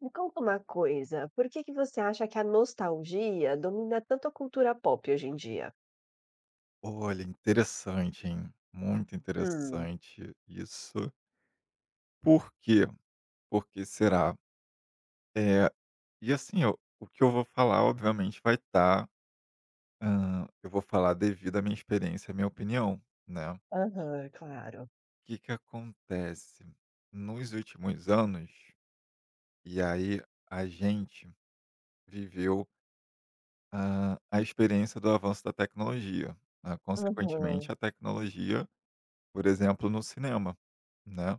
Me conta uma coisa, por que que você acha que a nostalgia domina tanto a cultura pop hoje em dia? Olha, interessante, hein? Muito Hum, interessante isso. Por quê? Por que será? Eh, e assim, eu o que eu vou falar obviamente vai estar, eu vou falar devido à minha experiência, à minha opinião, né. aham, claro. O que que acontece? Nos últimos anos, e aí a gente viveu, a experiência do avanço da tecnologia, né, Aham. consequentemente a tecnologia, por exemplo, no cinema, né.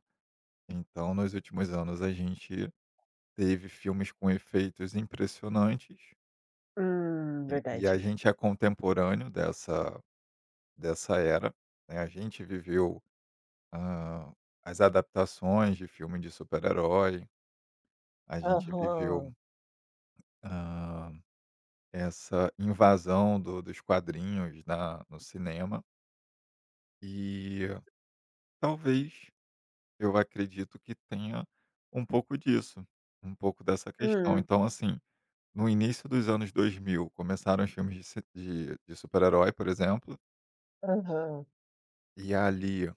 Então, nos últimos anos, a gente teve filmes com efeitos impressionantes, e a Verdade. gente é contemporâneo dessa era, né, a gente viveu, hã, as adaptações de filme de super-herói, a gente viveu, Aham. hã, essa invasão do dos quadrinhos na no cinema, e talvez eu acredito que tenha um pouco disso, um pouco dessa questão. Hum. Então, assim, no início dos anos 2000 começaram os filmes de se de de super-herói, por exemplo, Aham. e ali,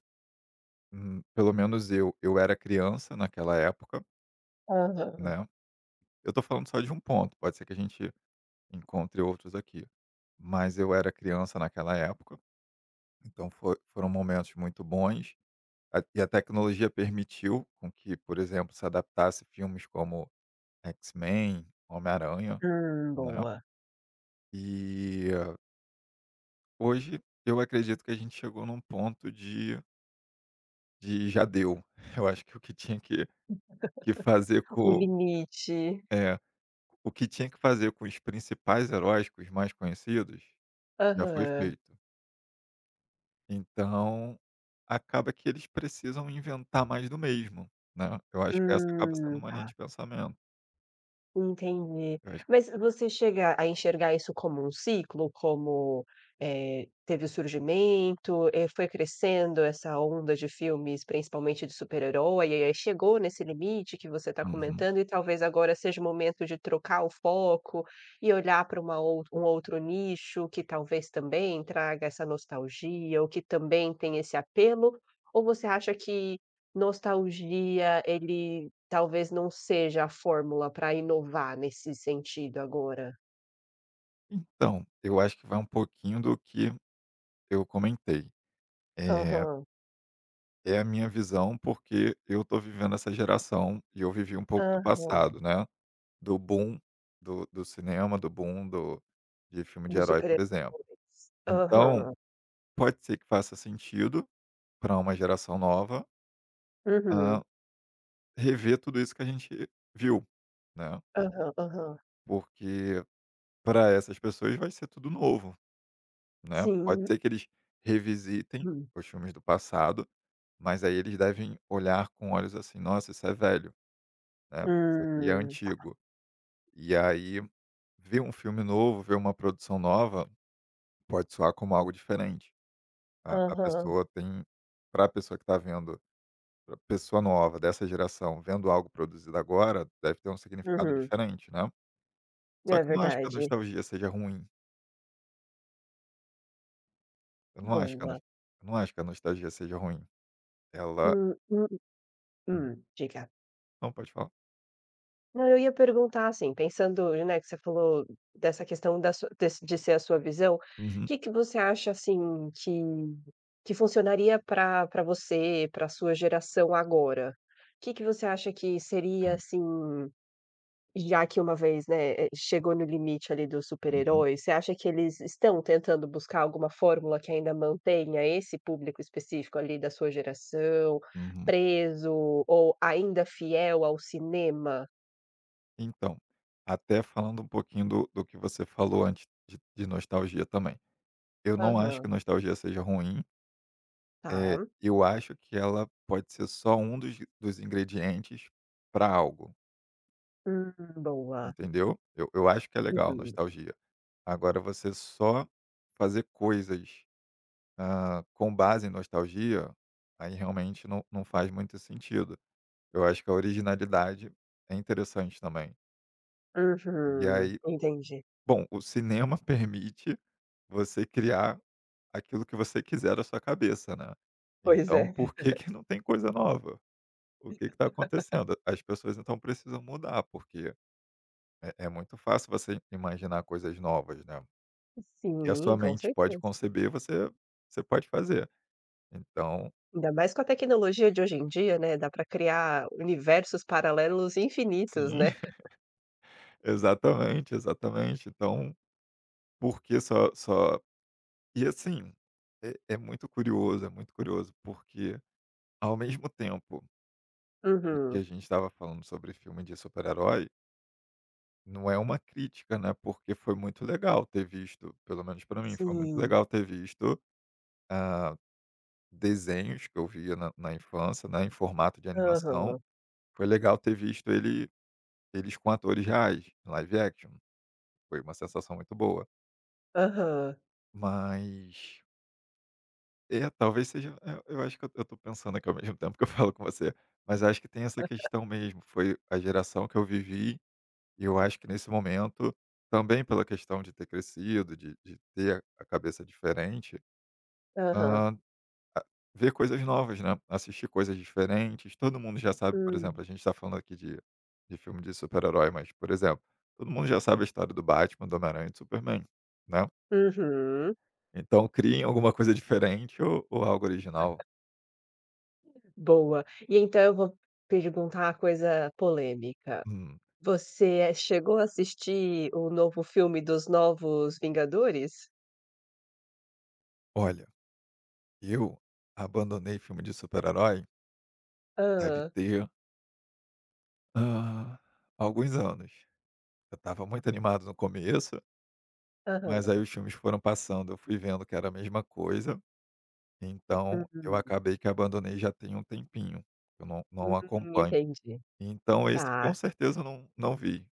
pelo menos eu era criança naquela época, Aham. né. Eu tô falando só de um ponto, pode ser que a gente encontre outros aqui, mas eu era criança naquela época, então foi foram momentos muito bons, a e a tecnologia permitiu com que, por exemplo, se adaptasse filmes como X-Men, Homem-Aranha, né. Boa. E hoje eu acredito que a gente chegou num ponto de já deu. Eu acho que o que tinha que fazer O com, limite. é, o que tinha que fazer com os principais heróis, com os mais conhecidos, já foi Aham. feito. Então, acaba que eles precisam inventar mais do mesmo, né. Eu acho que essa acaba sendo Hum. uma linha Tá. de pensamento. Entendi. Eu acho. Mas você chega a enxergar isso como um ciclo? Como, teve o surgimento, foi crescendo essa onda de filmes, principalmente de super-herói, e aí chegou nesse limite que você está Uhum. comentando e talvez agora seja o momento de trocar o foco e olhar para uma ou um outro nicho que talvez também traga essa nostalgia ou que também tem esse apelo? Ou você acha que nostalgia ele talvez não seja a fórmula para inovar nesse sentido agora. Então, eu acho que vai um pouquinho do que eu comentei. Eh, Aham, É a minha visão, porque eu estou vivendo essa geração e eu vivi um pouco do aham, passado, né. Do boom do cinema, do boom do de filme de dos herói, por super-heróis. exemplo. Então, Aham, pode ser que faça sentido para uma geração nova, uhum, hã, rever tudo isso que a gente viu, né, aham, aham. porque para essas pessoas vai ser tudo novo, né. Pode Sim, ser que eles revisitem hum, os filmes do passado, mas aí eles devem olhar com olhos assim: "Nossa, isso é velho, né, isso aqui é tá. antigo". E aí ver um filme novo, ver uma produção nova, pode soar como algo diferente. A Aham, pessoa tem, para a pessoa que está vendo, pra pessoa nova dessa geração, vendo algo produzido agora, deve ter um significado uhum, diferente, né. Só é que eu não acho que a verdade. nostalgia seja ruim, eu não acho que a nos Boa. eu não acho que a nostalgia seja ruim. Ela Hum, hum, Hum. Diga. Não, pode falar. Não, eu ia perguntar assim, pensando, né, que você falou dessa questão da su desse de ser a sua visão. O Uhum, que que você acha, assim, que funcionaria para você, para a sua geração agora? O que que você acha que seria, sim. assim, já que uma vez, né, chegou no limite ali dos Uhum, super-heróis, você acha que eles estão tentando buscar alguma fórmula que ainda mantenha esse público específico ali da sua geração, uhum. preso ou ainda fiel ao cinema? Então, até falando um pouquinho do que você falou antes de nostalgia também. Eu não acho Aham. que nostalgia seja ruim. É, Tá. eu acho que ela pode ser só um dos ingredientes para algo. Hum, boa. Entendeu? Eu acho que é legal, Uhum, nostalgia. Agora você só fazer coisas, com base em nostalgia, aí realmente não faz muito sentido. Eu acho que a originalidade é interessante também. E uhum, aí, entendi. bom, o cinema permite você criar aquilo que você quiser da sua cabeça, né. Pois Então é. por que que não tem coisa nova? O que que tá acontecendo? As pessoas então precisam mudar, porque é muito fácil você imaginar coisas novas, né. Que a Sim, sua com mente pode certeza. conceber, você pode fazer. Então Ainda mais com a tecnologia de hoje em dia, né, dá para criar universos paralelos infinitos, sim, né. exatamente, exatamente. Então, por que só, e assim, é muito curioso, porque ao mesmo tempo que Uhum, a gente estava falando sobre filme de super-herói, não é uma crítica, né, porque foi muito legal ter visto, pelo menos para mim, foi muito sim. legal ter visto, ah, desenhos que eu via na infância, né, em formato de animação. Aham, Foi legal ter visto ele. Eles com atores reais, live action. Foi uma sensação muito boa. aham, Mas é, talvez seja, eu acho que eu tô pensando aqui ao mesmo tempo que eu falo com você, mas acho que tem essa questão mesmo, foi a geração que eu vivi, e eu acho que nesse momento, também pela questão de ter crescido, de ter a cabeça diferente, aham. ah, ver coisas novas, né, assistir coisas diferentes. Todo mundo já sabe, por Hum, exemplo, a gente está falando aqui de filme de super-herói, mas, por exemplo, todo mundo já sabe a história do Batman, do Homem-Aranha e do Superman, né. uhum, Então criem alguma coisa diferente ou algo original. boa. E então eu vou perguntar uma coisa polêmica. Hum, Você chegou a assistir o novo filme dos Novos Vingadores? olha, eu abandonei filme de super-herói, deve Hã, ter, hã, alguns anos. Eu estava muito animado no começo, mas aí aham. os filmes foram passando, eu fui vendo que era a mesma coisa. Então, eu Hum, acabei que abandonei já tem um tempinho, eu não acompanho. entendi. Então esse Tá, com certeza eu não vi,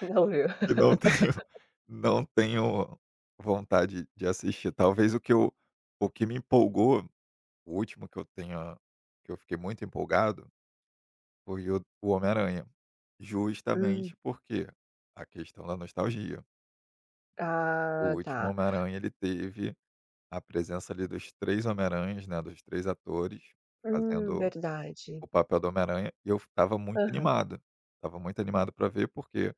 não viu. e não tenho, não tenho vontade de assistir. Talvez o que eu, o que me empolgou, o último que eu tenha, que eu fiquei muito empolgado, foi o Homem-Aranha, Hum, justamente porque a questão da nostalgia. O ah, último tá. Homem-Aranha ele teve a presença ali dos 3 Homem-Aranhas, né, dos 3 atores fazendo Verdade. o papel do Homem-Aranha, e eu estava muito Aham, animado. Estava muito animado para ver, porque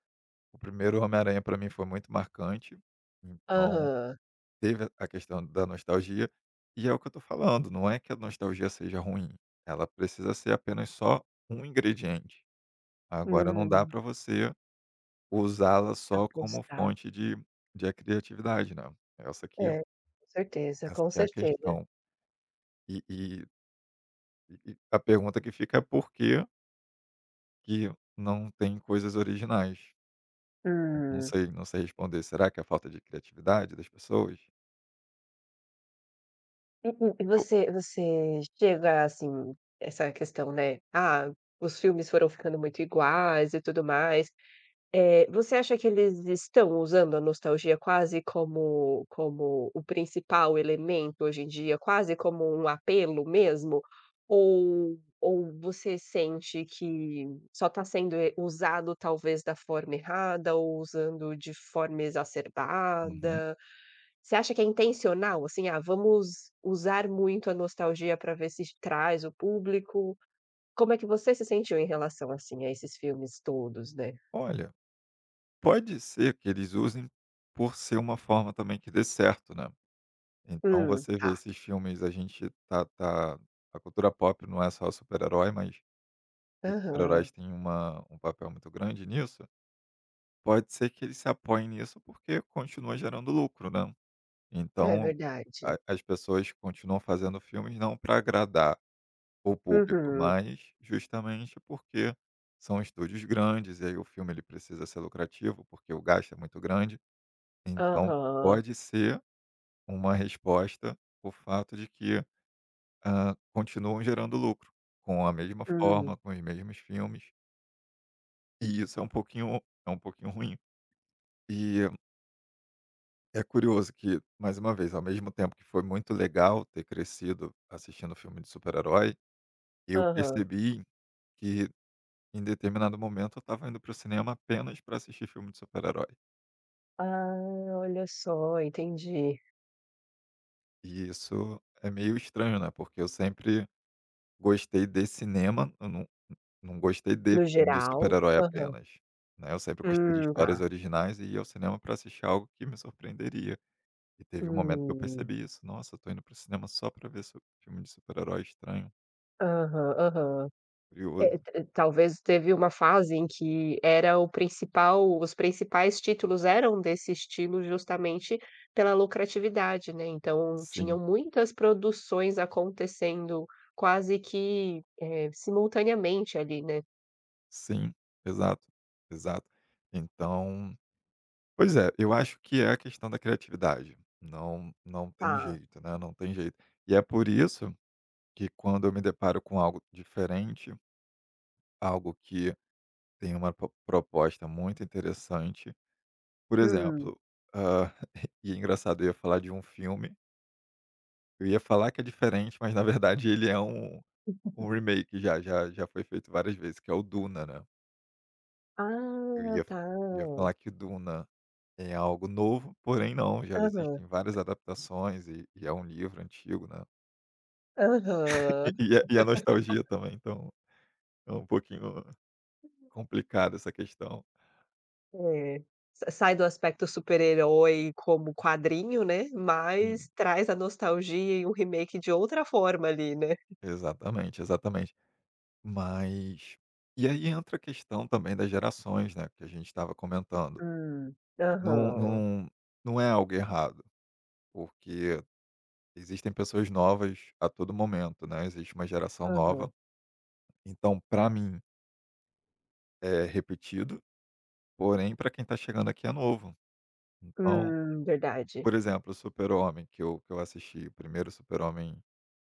o primeiro Homem-Aranha para mim foi muito marcante, então aham. teve a questão da nostalgia, e é o que eu tô falando, não é que a nostalgia seja ruim, ela precisa ser apenas só um ingrediente. Agora não dá Hum, para você usá-la só como apostar. fonte de criatividade, né. Essa aqui É, com certeza, Essa com aqui é a certeza. questão. E e a pergunta que fica é por que que não tem coisas originais? Não Hum, sei, não sei responder. Será que é falta de criatividade das pessoas? e O. você chega, assim, essa questão, né, ah, os filmes foram ficando muito iguais e tudo mais. Você acha que eles estão usando a nostalgia quase como o principal elemento hoje em dia, quase como um apelo mesmo? Ou você sente que só está sendo, usado talvez da forma errada ou usando de forma Uhum. exacerbada? Você acha que é intencional, assim: "Ah, vamos usar muito a nostalgia para ver se traz o público"? Como é que você se sentiu em relação, assim, a esses filmes todos, né? Olha, pode ser que eles usem por ser uma forma também que dê certo, né. Então Hum. você vê A esses filmes, a gente tá tá a cultura pop não é só super-herói, mas os aham, super-heróis têm uma um papel muito grande nisso. Pode ser que eles se apoiem nisso, porque continua gerando lucro, né. é Então verdade. a as pessoas continuam fazendo filmes não para agradar o público, Uhum, mas justamente porque são estúdios grandes, e aí o filme ele precisa ser lucrativo, porque o gasto é muito grande, então aham, pode ser uma resposta o fato de que, continuam gerando lucro, com a mesma forma, hum, com os mesmos filmes, e isso é um pouquinho, é um pouquinho ruim. E é curioso que, mais uma vez, ao mesmo tempo que foi muito legal ter crescido assistindo filme de super-herói, eu aham. percebi que em determinado momento, eu estava indo para o cinema apenas para assistir filme de super-herói. Ah, olha só, entendi. E isso é meio estranho, né, porque eu sempre gostei de cinema, eu não gostei de No filme de geral, super-herói aham. apenas, né. Eu sempre gostei de histórias Tá. originais e ia ao cinema para assistir algo que me surpreenderia. E teve um momento que eu Hum, percebi isso: "Nossa, eu estou indo para o cinema só para ver su filme de super-herói, estranho, aham, aham. curioso". Talvez teve uma fase em que era o principal os principais títulos eram desse estilo justamente pela lucratividade, né, então tinham Sim, muitas produções acontecendo quase que, simultaneamente ali, né. sim, exato, exato. Então. Pois é, eu acho que é a questão da criatividade. Não tem Tá. jeito, né, não tem jeito. E é por isso que quando eu me deparo com algo diferente, algo que tem uma po proposta muito interessante, por Hum. exemplo, hã, e é engraçado, eu ia falar de um filme, eu ia falar que é diferente, mas na verdade ele é um um remake, já já já foi feito várias vezes, que é o Duna, né. Eu Ah, ia eu ia tá. falar que Duna é algo novo, porém não, já Aham, existem várias adaptações, e é um livro antigo, né. E aham. e a nostalgia também, então é um pouquinho complicada essa questão. É. Sa Sai do aspecto super-herói como quadrinho, né, mas Sim, traz a nostalgia e um remake de outra forma ali, né. exatamente, exatamente. Mas e aí entra a questão também das gerações, né, que a gente estava comentando. Hum. Não Aham, não não é algo errado, porque existem pessoas novas a todo momento, né, existe uma geração nova. aham. Então, para mim, é repetido, porém para quem está chegando aqui é novo. Então, Verdade. por exemplo, o Super-Homem, que eu assisti, o primeiro Super-Homem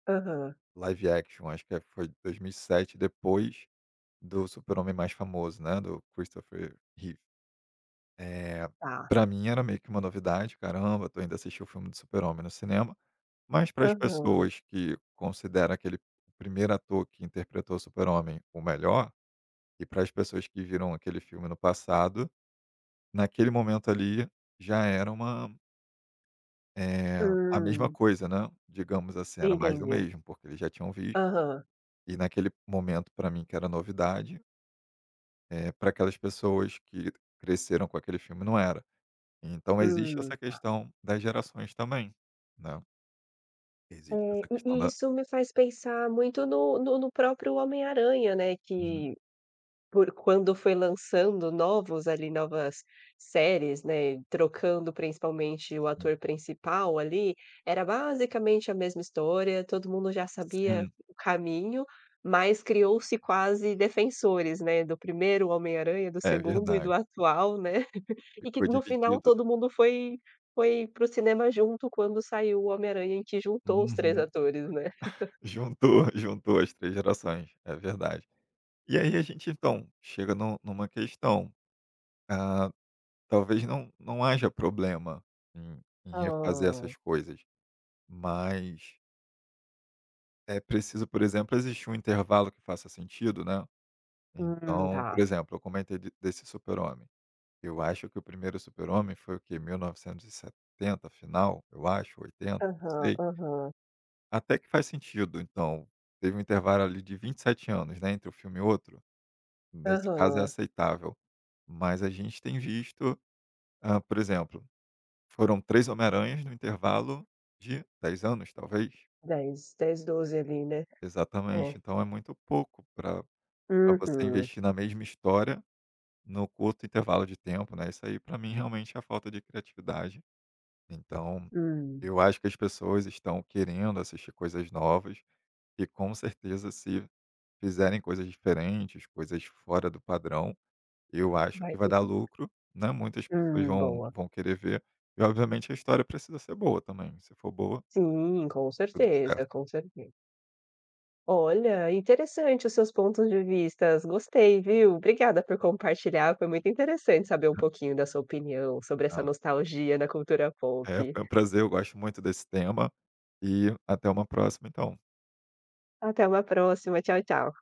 Aham, live action, acho que é foi 2007, depois do Super-Homem mais famoso, né, do Christopher Reeve. Eh, tá. Pra mim era meio que uma novidade, "Caramba, tô indo assistir o filme do Super-Homem no cinema", mas para as Aham. pessoas que consideram aquele primeiro ator que interpretou o Super-Homem o melhor, e para as pessoas que viram aquele filme no passado, naquele momento ali já era uma... Eh, a mesma Hum, coisa, né, digamos assim, era mais do entendi. mesmo, porque eles já tinham visto, Aham. e naquele momento para mim que era novidade, pra aquelas pessoas que cresceram com aquele filme não era. Então existe essa Tá. questão das gerações também, né, existe É, essa questão e da... isso me faz pensar muito no próprio Homem-Aranha, né, Uhum, que por quando foi lançando novos ali, novas séries, né, trocando principalmente o sim, ator principal ali, era basicamente a mesma história, todo mundo já sabia sim, o caminho, mas criou-se quase defensores, né, do primeiro Homem-Aranha, do é segundo e do verdade, atual, né, e que ficou no dividido, final né. todo mundo foi para o cinema junto quando saiu o Homem-Aranha em que juntou os três Uhum. atores, né. Juntou, juntou as 3 gerações, é verdade. E aí a gente então chega nu numa questão, ah, talvez não não haja problema em em refazer Ah, essas coisas, mas é preciso, por exemplo, existir um intervalo que faça sentido, né. hum, Então, por tá. exemplo, eu comentei de desse Super-Homem. Eu acho que o primeiro Super-Homem foi o quê? 1970 final, eu acho, 80, não Aham, sei. aham, Até que faz sentido, então, teve um intervalo ali de 27 anos, né, entre um filme e outro, nesse caso é aham. aceitável. Mas a gente tem visto, por exemplo, foram 3 Homem-Aranhas no intervalo de 10 anos, talvez? Dez, dez, 12 ali, né. Exatamente, É. então é muito pouco para, pra você Uhum. investir na mesma história no curto intervalo de tempo, né, isso aí para mim realmente é falta de criatividade. Então, Hum. eu acho que as pessoas estão querendo assistir coisas novas, e com certeza se fizerem coisas diferentes, coisas fora do padrão, eu acho Vai que vai ter dar que lucro, né, muitas pessoas boa. vão querer ver, e obviamente a história precisa ser boa também, se for boa, Sim, com tudo certeza, certo. com certeza. Olha, interessante os seus pontos de vistas, gostei, viu. Obrigada por compartilhar, foi muito interessante saber um pouquinho da sua opinião sobre essa Ah, nostalgia na cultura é, pop. foi um prazer, eu gosto muito desse tema, e até uma próxima então. Até uma próxima, tchau, tchau.